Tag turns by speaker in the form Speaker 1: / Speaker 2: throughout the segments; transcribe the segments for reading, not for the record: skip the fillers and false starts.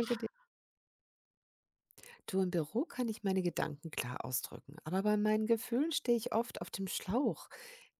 Speaker 1: Danke dir. Du, im Büro kann ich meine Gedanken klar ausdrücken, aber bei meinen Gefühlen stehe ich oft auf dem Schlauch.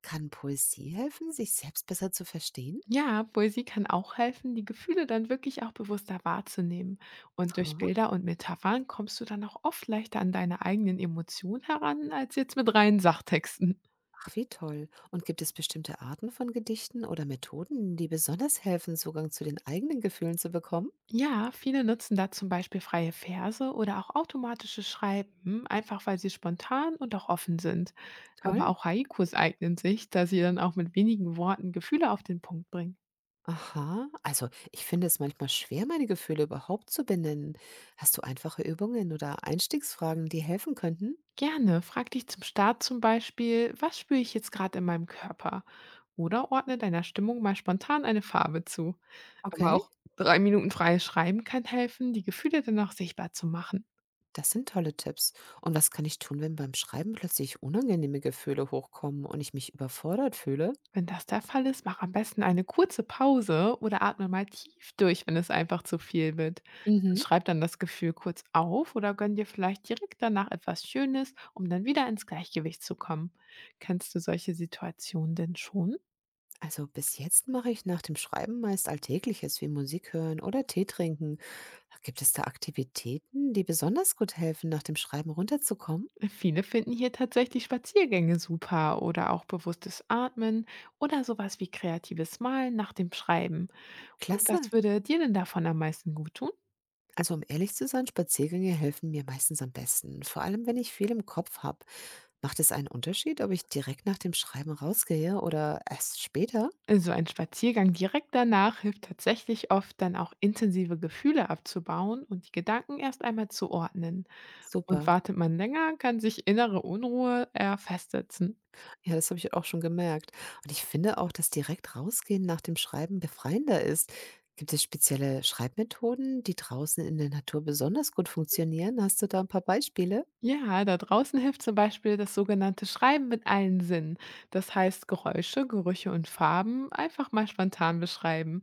Speaker 1: Kann Poesie helfen, sich selbst besser zu verstehen?
Speaker 2: Ja, Poesie kann auch helfen, die Gefühle dann wirklich auch bewusster wahrzunehmen. Und durch
Speaker 1: Aha.
Speaker 2: Bilder und Metaphern kommst du dann auch oft leichter an deine eigenen Emotionen heran, als jetzt mit reinen Sachtexten.
Speaker 1: Ach, wie toll. Und gibt es bestimmte Arten von Gedichten oder Methoden, die besonders helfen, Zugang zu den eigenen Gefühlen zu bekommen?
Speaker 2: Ja, viele nutzen da zum Beispiel freie Verse oder auch automatische Schreiben, einfach weil sie spontan und auch offen sind. Aber
Speaker 1: Toll.
Speaker 2: auch Haikus eignen sich, da sie dann auch mit wenigen Worten Gefühle auf den Punkt bringen.
Speaker 1: Aha, also ich finde es manchmal schwer, meine Gefühle überhaupt zu benennen. Hast du einfache Übungen oder Einstiegsfragen, die helfen könnten?
Speaker 2: Gerne. Frag dich zum Start zum Beispiel, was spüre ich jetzt gerade in meinem Körper? Oder ordne deiner Stimmung mal spontan eine Farbe zu. Aber
Speaker 1: Okay.
Speaker 2: auch 3 Minuten freies Schreiben kann helfen, die Gefühle dann auch sichtbar zu machen.
Speaker 1: Das sind tolle Tipps. Und was kann ich tun, wenn beim Schreiben plötzlich unangenehme Gefühle hochkommen und ich mich überfordert fühle?
Speaker 2: Wenn das der Fall ist, mach am besten eine kurze Pause oder atme mal tief durch, wenn es einfach zu viel wird. Und
Speaker 1: Mhm.
Speaker 2: schreib dann das Gefühl kurz auf oder gönn dir vielleicht direkt danach etwas Schönes, um dann wieder ins Gleichgewicht zu kommen. Kennst du solche Situationen denn schon?
Speaker 1: Also bis jetzt mache ich nach dem Schreiben meist Alltägliches wie Musik hören oder Tee trinken. Gibt es da Aktivitäten, die besonders gut helfen, nach dem Schreiben runterzukommen?
Speaker 2: Viele finden hier tatsächlich Spaziergänge super oder auch bewusstes Atmen oder sowas wie kreatives Malen nach dem Schreiben. Und
Speaker 1: Klasse.
Speaker 2: was würde dir denn davon am meisten gut tun?
Speaker 1: Also um ehrlich zu sein, Spaziergänge helfen mir meistens am besten. Vor allem, wenn ich viel im Kopf habe. Macht es einen Unterschied, ob ich direkt nach dem Schreiben rausgehe oder erst später?
Speaker 2: So ein Spaziergang direkt danach hilft tatsächlich oft dann auch intensive Gefühle abzubauen und die Gedanken erst einmal zu ordnen. Und
Speaker 1: Super.
Speaker 2: wartet man länger, kann sich innere Unruhe eher festsetzen.
Speaker 1: Ja, das habe ich auch schon gemerkt. Und ich finde auch, dass direkt rausgehen nach dem Schreiben befreiender ist. Gibt es spezielle Schreibmethoden, die draußen in der Natur besonders gut funktionieren? Hast du da ein paar Beispiele?
Speaker 2: Ja, da draußen hilft zum Beispiel das sogenannte Schreiben mit allen Sinnen. Das heißt, Geräusche, Gerüche und Farben einfach mal spontan beschreiben.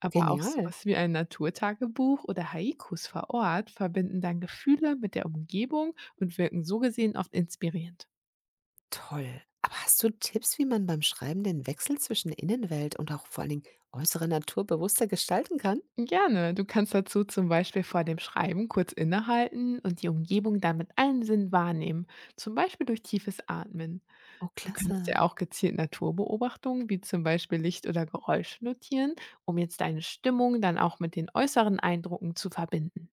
Speaker 2: Aber auch
Speaker 1: Genial.
Speaker 2: sowas wie ein Naturtagebuch oder Haikus vor Ort verbinden dann Gefühle mit der Umgebung und wirken so gesehen oft inspirierend.
Speaker 1: Toll. Aber hast du Tipps, wie man beim Schreiben den Wechsel zwischen Innenwelt und auch vor allen Dingen äußerer Natur bewusster gestalten kann?
Speaker 2: Gerne, du kannst dazu zum Beispiel vor dem Schreiben kurz innehalten und die Umgebung dann mit allen Sinnen wahrnehmen, zum Beispiel durch tiefes Atmen.
Speaker 1: Oh,
Speaker 2: Du kannst
Speaker 1: klasse.
Speaker 2: ja auch gezielt Naturbeobachtungen, wie zum Beispiel Licht oder Geräusche notieren, um jetzt deine Stimmung dann auch mit den äußeren Eindrücken zu verbinden.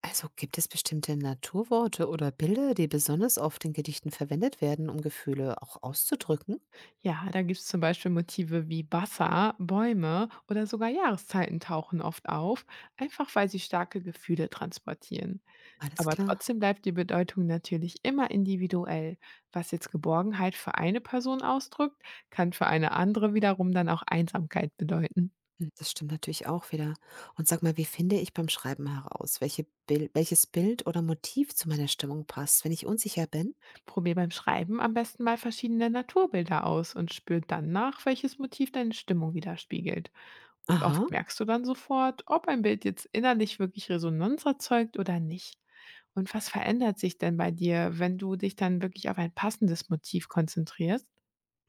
Speaker 1: Also gibt es bestimmte Naturworte oder Bilder, die besonders oft in Gedichten verwendet werden, um Gefühle auch auszudrücken?
Speaker 2: Ja, da gibt es zum Beispiel Motive wie Wasser, Bäume oder sogar Jahreszeiten tauchen oft auf, einfach weil sie starke Gefühle transportieren.
Speaker 1: Alles
Speaker 2: Aber
Speaker 1: klar.
Speaker 2: trotzdem bleibt die Bedeutung natürlich immer individuell. Was jetzt Geborgenheit für eine Person ausdrückt, kann für eine andere wiederum dann auch Einsamkeit bedeuten.
Speaker 1: Hm, das stimmt natürlich auch wieder. Und sag mal, wie finde ich beim Schreiben heraus, welches Bild oder Motiv zu meiner Stimmung passt, wenn ich unsicher bin?
Speaker 2: Probier beim Schreiben am besten mal verschiedene Naturbilder aus und spür dann nach, welches Motiv deine Stimmung widerspiegelt. Und oft
Speaker 1: Aha.
Speaker 2: merkst du dann sofort, ob ein Bild jetzt innerlich wirklich Resonanz erzeugt oder nicht. Und was verändert sich denn bei dir, wenn du dich dann wirklich auf ein passendes Motiv konzentrierst?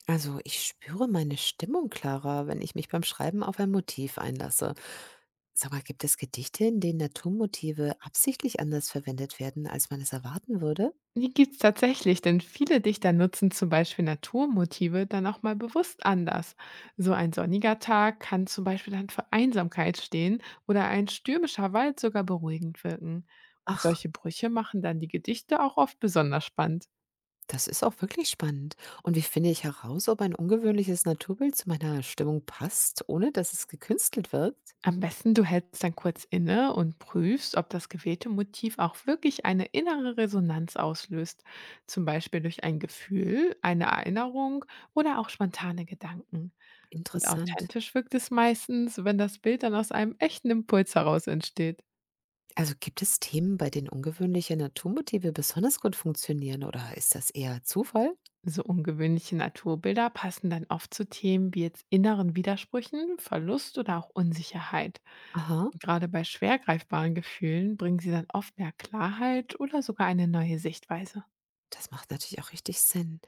Speaker 1: Also, ich spüre meine Stimmung klarer, wenn ich mich beim Schreiben auf ein Motiv einlasse. Sag mal, gibt es Gedichte, in denen Naturmotive absichtlich anders verwendet werden, als man es erwarten würde?
Speaker 2: Die gibt's tatsächlich, denn viele Dichter nutzen zum Beispiel Naturmotive dann auch mal bewusst anders. So ein sonniger Tag kann zum Beispiel dann für Einsamkeit stehen oder ein stürmischer Wald sogar beruhigend wirken. Und
Speaker 1: Ach,
Speaker 2: solche Brüche machen dann die Gedichte auch oft besonders spannend.
Speaker 1: das ist auch wirklich spannend. Und wie finde ich heraus, ob ein ungewöhnliches Naturbild zu meiner Stimmung passt, ohne dass es gekünstelt wirkt?
Speaker 2: Am besten du hältst dann kurz inne und prüfst, ob das gewählte Motiv auch wirklich eine innere Resonanz auslöst, zum Beispiel durch ein Gefühl, eine Erinnerung oder auch spontane Gedanken. Und
Speaker 1: Interessant.
Speaker 2: authentisch wirkt es meistens, wenn das Bild dann aus einem echten Impuls heraus entsteht.
Speaker 1: Also gibt es Themen, bei denen ungewöhnliche Naturmotive besonders gut funktionieren oder ist das eher Zufall?
Speaker 2: So ungewöhnliche Naturbilder passen dann oft zu Themen wie jetzt inneren Widersprüchen, Verlust oder auch Unsicherheit.
Speaker 1: Aha,
Speaker 2: Und gerade bei schwer greifbaren Gefühlen bringen sie dann oft mehr Klarheit oder sogar eine neue Sichtweise.
Speaker 1: das macht natürlich auch richtig Sinn.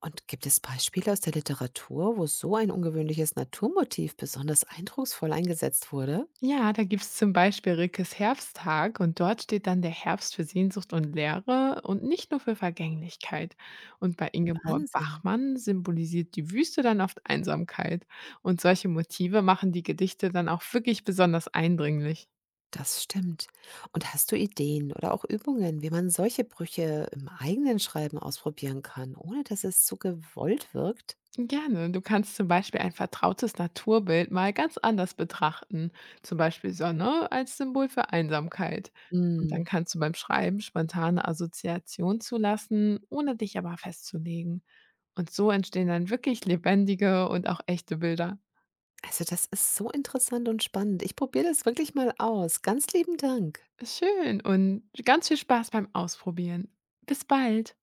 Speaker 1: Und gibt es Beispiele aus der Literatur, wo so ein ungewöhnliches Naturmotiv besonders eindrucksvoll eingesetzt wurde?
Speaker 2: Ja, da gibt's zum Beispiel Rilkes Herbsttag und dort steht dann der Herbst für Sehnsucht und Leere und nicht nur für Vergänglichkeit. Und bei Ingeborg
Speaker 1: Wahnsinn.
Speaker 2: Bachmann symbolisiert die Wüste dann oft Einsamkeit. Und solche Motive machen die Gedichte dann auch wirklich besonders eindringlich.
Speaker 1: Das stimmt. Und hast du Ideen oder auch Übungen, wie man solche Brüche im eigenen Schreiben ausprobieren kann, ohne dass es zu gewollt wirkt?
Speaker 2: Gerne, du kannst zum Beispiel ein vertrautes Naturbild mal ganz anders betrachten, zum Beispiel Sonne als Symbol für Einsamkeit. Und
Speaker 1: Mm,
Speaker 2: dann kannst du beim Schreiben spontane Assoziationen zulassen, ohne dich aber festzulegen. Und so entstehen dann wirklich lebendige und auch echte Bilder.
Speaker 1: also das ist so interessant und spannend. Ich probiere das wirklich mal aus. Ganz lieben Dank.
Speaker 2: Schön und ganz viel Spaß beim Ausprobieren. Bis bald.